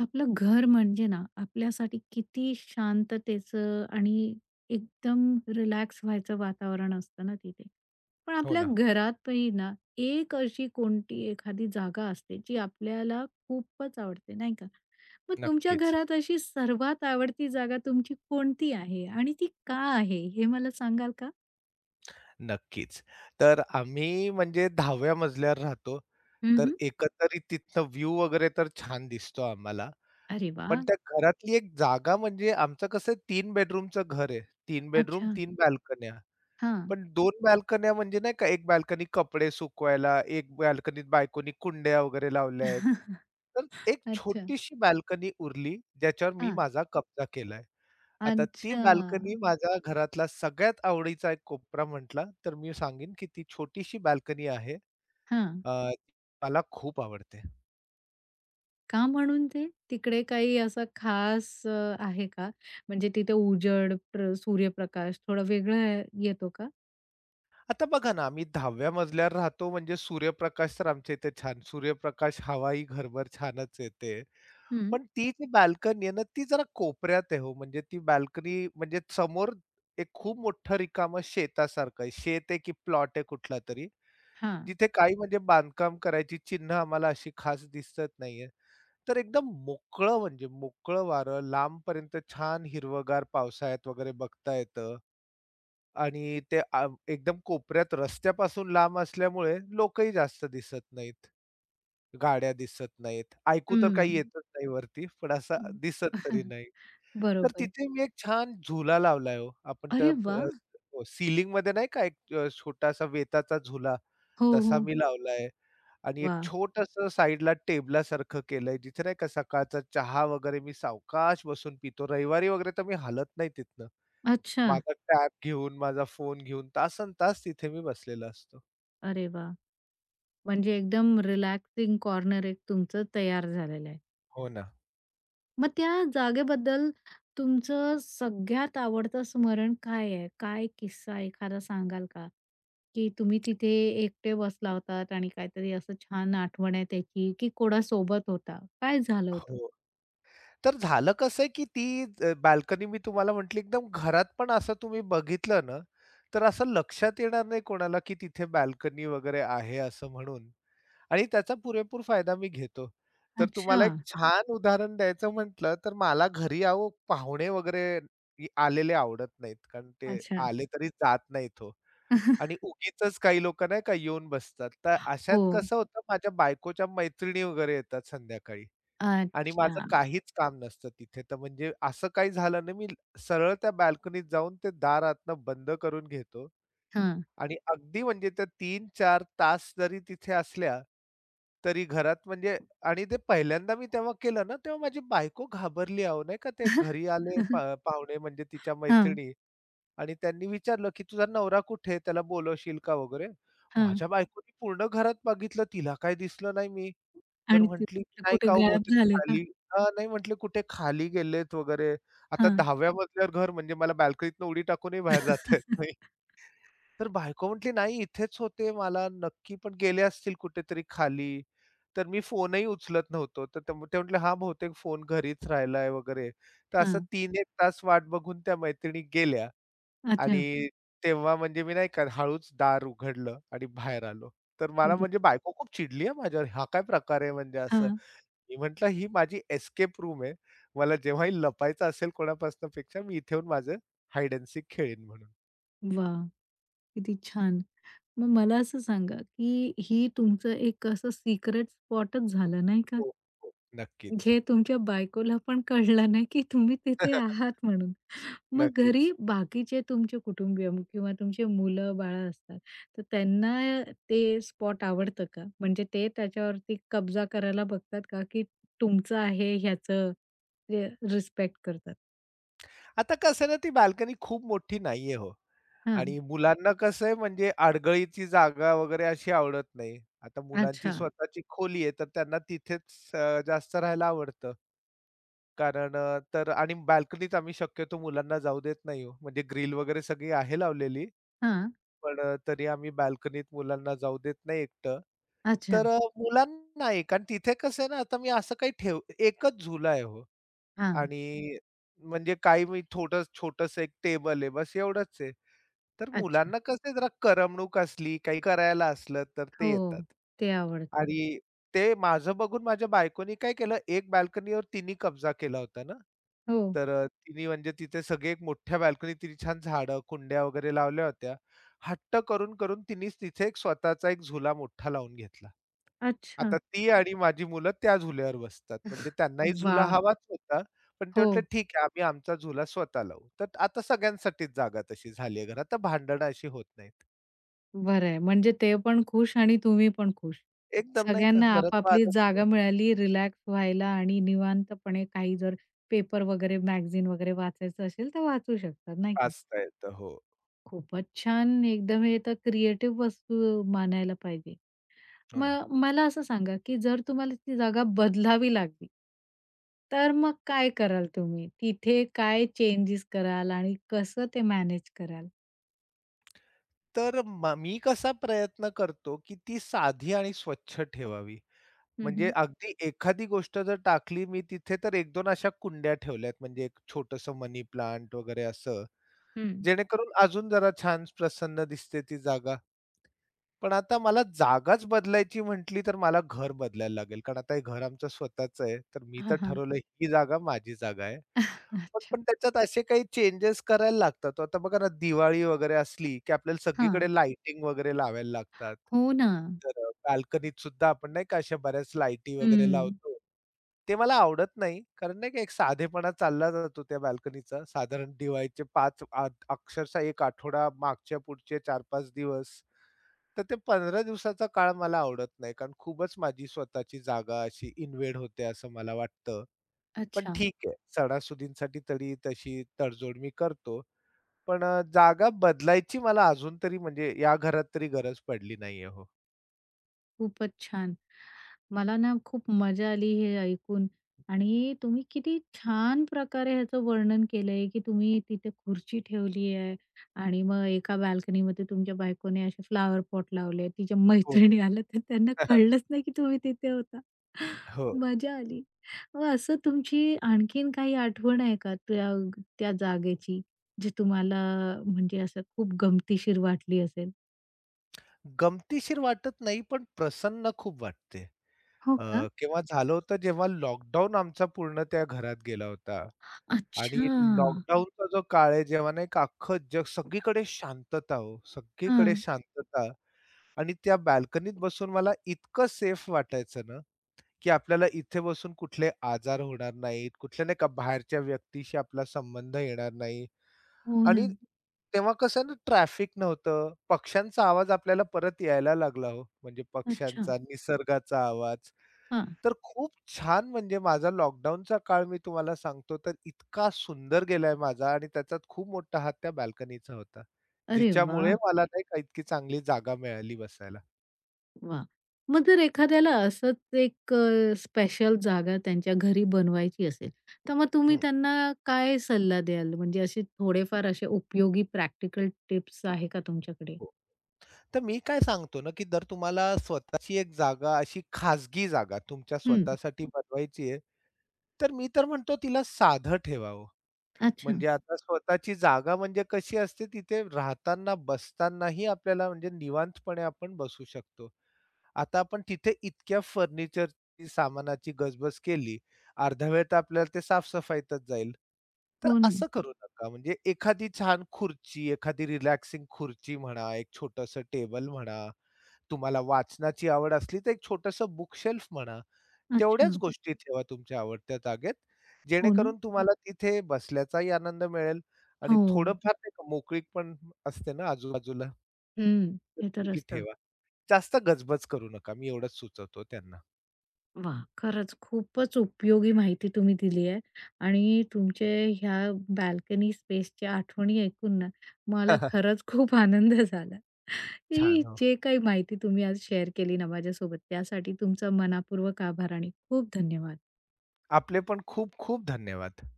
आपलं घर म्हणजे ना, आपल्यासाठी किती शांततेचं आणि एकदम रिलॅक्स व्हायचं वातावरण असतं ना तिथे. पण हो आपल्या ना. घरातही ना, एक अशी कोणती एखादी जागा असते, जी आपल्याला खूपच आवडते, नाही का? मग तुमच्या नक्कीच, घरात अशी सर्वात आवडती जागा तुमची कोणती आहे आणि ती का आहे, हे मला सांगाल का? नक्कीच. तर आम्ही म्हणजे 10व्या मजल्यावर राहतो. तर हं. एकंदरीत तिथनं व्ह्यू वगैरे तर छान दिसतो आम्हाला. अरे वाह! पण त्या घरातली एक जागा म्हणजे आमचं कसं 3 बेडरूमचं घर आहे. तीन बेडरूम, अच्छा. तीन बाल्कन्या. हां. पण दोन बाल्कन्या म्हणजे नाही का, एक बाल्कनी कपडे सुकवायला, एक बाल्कनीत बायकोनी कुंड्या वगैरे लावल्या आहेत. तर एक अच्छा. छोटीशी बाल्कनी उरली, ज्याच्यावर मी अच्छा. माझा कब्जा केलाय. आता ती अच्छा. बाल्कनी माझा घरातला सगळ्यात आवडीचा एक कोपरा म्हटला, तर मी सांगेन की ती छोटीशी बाल्कनी आहे. हां. अ, मला खूप आवडते. का म्हणून ते? तिकडे काही असा खास आहे का? म्हणजे तिथे उजड, प्र सूर्यप्रकाश थोडा वेगळा येतो का? आता बघा ना, आम्ही 10व्या मजल्यावर राहतो म्हणजे सूर्यप्रकाश तर आमच्या इथे छान सूर्यप्रकाश हवा ही घरभर छानच येते. हं. पण ती जी बाल्कनी आहे ना, ती जरा कोपऱ्यात आहे हो. म्हणजे ती बाल्कनी म्हणजे समोर एक खूप मोठं रिकामं शेतासारखं आहे. शेत आहे की प्लॉट आहे कुठलातरी. हां. जिथे काही म्हणजे बांधकाम करायची चिन्ह आम्हाला अशी खास दिसत नाहीये. तर एकदम मोकळं म्हणजे मोकळं वारं, लांबपर्यंत छान हिरवंगार पावसाळ्यात वगैरे बघता येतं आणि ते एकदम कोपऱ्यात रस्त्यापासून लांब असल्यामुळे लोकही जास्त दिसत नाहीत. गाड्या दिसत नाहीत. ऐकू तर काही हं. येतच नाही वरती, पण असं दिसत तरी नाही. तर बरोबर. तिथे मी एक छान झुला लावलाय हो. अरे वा, हो, सीलिंगमध्ये नाही का एक छोटासा वेताचा झुला, हो, तसा हो. मी लावलाय. आणि एक वाह! छोटंसं साइडला टेबलासारखं केलंय, जिथे नाही का सकाळचा चहा वगैरे मी सावकाश बसून पितो. रविवारी वगैरे तर मी हलत नाही तिथनं. अच्छा. माझा टॅब घेऊन, माझा फोन घेऊन तासन तास तिथे मी बसलेला असतो. अरे वाह! म्हणजे एकदम रिलॅक्सिंग कॉर्नर एक तुमचं तयार झालेलं आहे. हो ना. मग त्या जागेबद्दल तुमचं सगळ्यात आवडतं स्मरण काय आहे? काय किस्सा एखादा सांगाल का? की तुम्ही तिथे एकटे बसला होतात आणि काहीतरी असं छान आठवण आहे त्याची, की कोणासोबत होता? काय झालं होतं? हो. तर झालं कसं आहे, की ती बाल्कनी मी तुम्हाला म्हटली एकदम घरात पण असं तुम्ही बघितलं ना, तर असं लक्षात येणार नाही कोणाला, की तिथे बाल्कनी वगैरे आहे असं म्हणून. आणि त्याचा पुरेपूर फायदा मी घेतो. तर अच्छा, तुम्हाला एक छान उदाहरण द्यायचं म्हटलं, तर मला घरी अहो पाहुणे वगैरे आलेले आवडत नाहीत. कारण ते अच्छा. आले तरी जात नाहीत हो. आणि उगीचच काही लोकं नाही का येऊन बसतात. तर अशात हो. कसं होतं माझ्या बायकोच्या मैत्रिणी वगैरे येतात संध्याकाळी आणि माझं अच्छा. काहीच काम नसतं तिथे. तर म्हणजे असं काही झालं नाही, मी सरळ त्या बाल्कनीत जाऊन ते दार आतनं बंद करून घेतो हां. आणि अगदी म्हणजे त्या 3-4 तास जरी तिथे असल्या, तरी घरात म्हणजे आणि ते पहिल्यांदा मी तेव्हा केलं ना, तेव्हा माझी बायको घाबरली अहो, नाही का ते घरी आले पाहुणे म्हणजे तिच्या हां, मैत्रिणी आणि त्यांनी विचारलं, "की तुझा नवरा कुठे आहे? त्याला बोलवशील का वगैरे?" हां. माझ्या बायकोनी पूर्ण घरात बघितलं, तिला काही दिसलं नाही मी. तर आणि ते म्हटली, "नाही कुठे का हो गायब बहुतेक झाले का? खाली." हां, नाही म्हटले, "कुठे खाली गेलेत वगैरे." आता हां. 10व्या मजल्यावर घर म्हणजे मला बाल्कनीतनं उडी टाकूनही बाहेर जाता. हां. तर बायको म्हटली, "नाही इथेच होते, मला नक्की पण गेले असतील कुठेतरी खाली." तर मी फोनही उचलत नव्हतो. तर ते ते म्हटले, "हां, बहुतेक फोन घरीच राहिलाय वगैरे." तर असं 3-1 तास वाट बघून त्या मैत्रिणी गेल्या अच्छा. आणि तेव्हा म्हणजे मी नाही का हळूच दार उघडलं आणि बाहेर आलो. तर मला म्हणजे बायको खूप चिडली आहे माझ्यावर. हा काय प्रकार आहे म्हणजे असं. हां. मी म्हटलं, "ही माझी एस्केप रूम आहे. मला जेव्हाही लपायचं असेल कोणापासून पेक्षा मी इथे येऊन माझं हाइड एंड सीक खेळीन म्हणून." वाह! किती छान. मग मला असं सांगा, की ही तुमचं एक असं सिक्रेट स्पॉटच झालं नाही का? हो, हो. नक्कीच. जे तुमच्या बायकोला पण कळलं नाही, की तुम्ही तिथे आहात म्हणून. मग घरी नक्कीच. बाकीचे तुमचे कुटुंबीय म- किंवा तुमचे मुलं-बाळं असतात, तर त्यांना ते स्पॉट आवडतं का? म्हणजे ते त्याच्यावरती कब्जा करायला बघतात का, की तुमचं आहे ह्याचं ते रिस्पेक्ट करतात? आता कसं आहे ना, ती बाल्कनी खूप मोठी नाहीये हो हां. आणि मुलांना कसं आहे म्हणजे आडगळीची जागा वगैरे अशी आवडत नाही. आता मुलांची अच्छा. स्वतःची खोली आहे, तर त्यांना तिथेच जास्त राहायला आवडतं. कारण तर आणि बाल्कनीत आम्ही शक्यतो मुलांना जाऊ देत नाही हो. म्हणजे ग्रिल वगैरे सगळी आहे लावलेली, हां. पण तरी आम्ही बाल्कनीत मुलांना जाऊ देत नाही एकटं. अच्छा. तर मुलांना नाही कारण तिथे कसं आहे ना, आता मी असं काही एकच झुला आहे हो. हां. आणि म्हणजे काही मी थोडं छोटंसं एक टेबल आहे, बस एवढंच आहे. तर अच्छा. मुलांना कसं आहे जरा करमणूक असली, काही करायला असलं तर ते हो. येतात. ते आवडतं. आणि ते माझं बघून माझ्या बायकोनी काय केलं, एक बाल्कनीवर तिनी कब्जा केला होता ना, हो. तर तिनी म्हणजे तिथे सगळे एक मोठ्या बाल्कनीत तिने छान झाडं, कुंड्या वगैरे लावल्या होत्या. हट्ट करून-करून तिनीच तिथे एक स्वतःचा एक झुला मोठा लावून घेतला. अच्छा. आता ती आणि माझी मुलं त्या झुल्यावर बसतात. म्हणजे त्यांनाही वा, झुला हवाच होता. पण ते हो. म्हटले, "ठीक आहे, आम्ही आमचा झुला स्वतः लावू." तर आता सगळ्यांसाठीच जागा तशी झाली आहे घरात. तर भांडणं अशी होत नाहीत. बरं आहे. म्हणजे ते पण खुश आणि तुम्ही पण खुश. एकदम नाही का, सगळ्यांना घरात आपापली वादच नाही. जागा मिळाली रिलॅक्स व्हायला आणि निवांतपणे काही जर पेपर वगैरे, मॅगझीन वगैरे वाचायचं असेल तर वाचू शकतात, नाही का? वाचता येतं. हो. खूपच छान. एकदम हे तर क्रिएटिव्ह वस्तू मानायला पाहिजे. हो ना. मग मला असं सांगा, की जर तुम्हाला ती जागा बदलावी लागली, तर मग काय कराल तुम्ही? तिथे काय चेंजेस कराल आणि कसं ते मॅनेज कराल? तर मी कसा प्रयत्न करतो, की ती साधी आणि स्वच्छ ठेवावी. हं, म्हणजे हं. अगदी एखादी गोष्ट जर टाकली मी तिथे, तर एक 2 अशा कुंड्या ठेवल्यात. म्हणजे एक छोटंसं मनी प्लांट वगैरे असं. हं. जेणेकरून अजून जरा छान प्रसन्न दिसते ती जागा. पण आता मला जागाच बदलायची म्हटली, तर मला घर बदलायला लागेल. कारण आता हे घर आमचं स्वतःचं आहे. तर मी हां, तर हां. ठरवलं ही जागा माझी जागा आहे. पण अच्छा. पण त्याच्यात असे काही चेंजेस करायला लागतात. आता बघा ना, दिवाळी वगैरे असली, की आपल्याला हां. सगळीकडे लाइटिंग वगैरे लावायला लागतात. हो ना. तर बाल्कनीत सुद्धा आपण नाही का अशा बऱ्याच लाईटी वगैरे हं. लावतो. ते मला आवडत नाही. कारण नाही का एक साधेपणा चालला जातो त्या बाल्कनीचा. साधारण दिवाळीचे 5 अक्षरशः 1 आठवडा मागच्या पुढचे 4-5 दिवस. तर ते 15 दिवसाचा काळ मला आवडत नाही. कारण खूपच माझी स्वतःची जागा अशी इन्व्हेड होते असं मला वाटतं. पण अच्छा. ठीक आहे, सणासुदींसाठी तरी तशी तडजोड मी करतो. पण जागा बदलायची मला अजून तरी म्हणजे या घरात तरी गरज पडली नाहीये हो. खूपच छान. मला ना खूप मजा आली हे ऐकून आणि तुम्ही किती छान प्रकारे ह्याचं वर्णन केलंय, की तुम्ही तिथे खुर्ची ठेवली आहे आणि मग एका बाल्कनीमध्ये तुमच्या बायकोने असे फ्लॉवर पॉट लावले. तिच्या हो, मैत्रिणी आल्या तर त्यांना हो. कळलंच नाही की तुम्ही तिथे होता. हो. मजा आली. मग असं तुमची आणखीन काही आठवण आहे का त्या त्या जागेची, जी तुम्हाला म्हणजे असं खूप गमतीशीर वाटली असेल? गमतीशीर वाटत नाही, पण प्रसन्न खूप वाटते. हो अ, का? केव्हा झालं होतं जेव्हा लॉकडाऊन आमचा पूर्ण त्या घरात गेला होता आणि अच्छा. लॉकडाऊनचा जो काळ आहे जेव्हा नाही का अख्खं जग सगळीकडे शांतता हो, सगळीकडे हां. शांतता आणि त्या बाल्कनीत बसून मला इतकं सेफ वाटायचं ना की आपल्याला इथे बसून कुठले आजार होणार नाहीत, कुठल्या नाही का बाहेरच्या व्यक्तीशी आपला संबंध येणार नाही हो ना. आणि तेव्हा कसं ना ट्रॅफिक नव्हतं. पक्ष्यांचा आवाज आपल्याला परत यायला लागला हो, म्हणजे अच्छा. पक्ष्यांचा, निसर्गाचा आवाज. हां. तर खूप छान म्हणजे माझा लॉकडाऊनचा काळ मी तुम्हाला सांगतो तर इतका सुंदर गेलाय माझा आणि त्याच्यात खूप मोठा हात त्या बाल्कनीचा होता. अरे जिच्यामुळे वाह! मला नाही का इतकी चांगली जागा मिळाली बसायला. वाह! मग जर एखाद्याला असंच एक स्पेशल जागा त्यांच्या घरी बनवायची असेल, तर मग तुम्ही हं. त्यांना काय सल्ला द्याल? म्हणजे असे थोडेफार असे उपयोगी प्रॅक्टिकल टिप्स आहे का तुमच्याकडे? तर मी काय सांगतो ना, की जर तुम्हाला स्वतःची एक जागा, अशी खाजगी जागा तुमच्या हं. स्वतःसाठी बनवायची आहे, तर मी तर म्हणतो तिला साधं ठेवा हो. अच्छा. म्हणजे आता स्वतःची जागा म्हणजे कशी असते, तिथे राहताना, बसतानाही आपल्याला म्हणजे निवांतपणे आपण बसू शकतो. आता आपण तिथे इतक्या फर्निचरची, सामानाची गजबज केली, अर्धा वेळ तर आपल्याला ते साफ जाईल. तर हो ना. असं करू नका. म्हणजे एखादी छान खुर्ची, एखादी रिलॅक्सिंग खुर्ची म्हणा, एक छोटंसं टेबल म्हणा, तुम्हाला वाचनाची आवड असली तर एक छोटंसं बुकशेल्फ म्हणा, अच्छा. तेवढ्याच गोष्टी ठेवा तुमच्या आवडत्या जागेत, हो ना. जेणेकरून तुम्हाला तिथे बसल्याचाही आनंद मिळेल आणि हो. थोडंफार नाही का मोकळीक पण असते ना आजूबाजूला, हं, तर हे तर तीही असतं. ठेवा. जास्त गजबज करू नका, मी एवढंच सुचवतो त्यांना. वाह! खरंच खूपच उपयोगी माहिती तुम्ही दिली आहे आणि तुमचे ह्या बाल्कनी स्पेसच्या आठवणी ऐकून ना, मला खरंच खूप आनंद झाला. ही छान, हो. जे काही माहिती तुम्ही आज शेअर केली ना माझ्यासोबत, त्यासाठी तुमचा मनःपूर्वक आभार आणि खूप धन्यवाद. आपले पण खूप खूप धन्यवाद.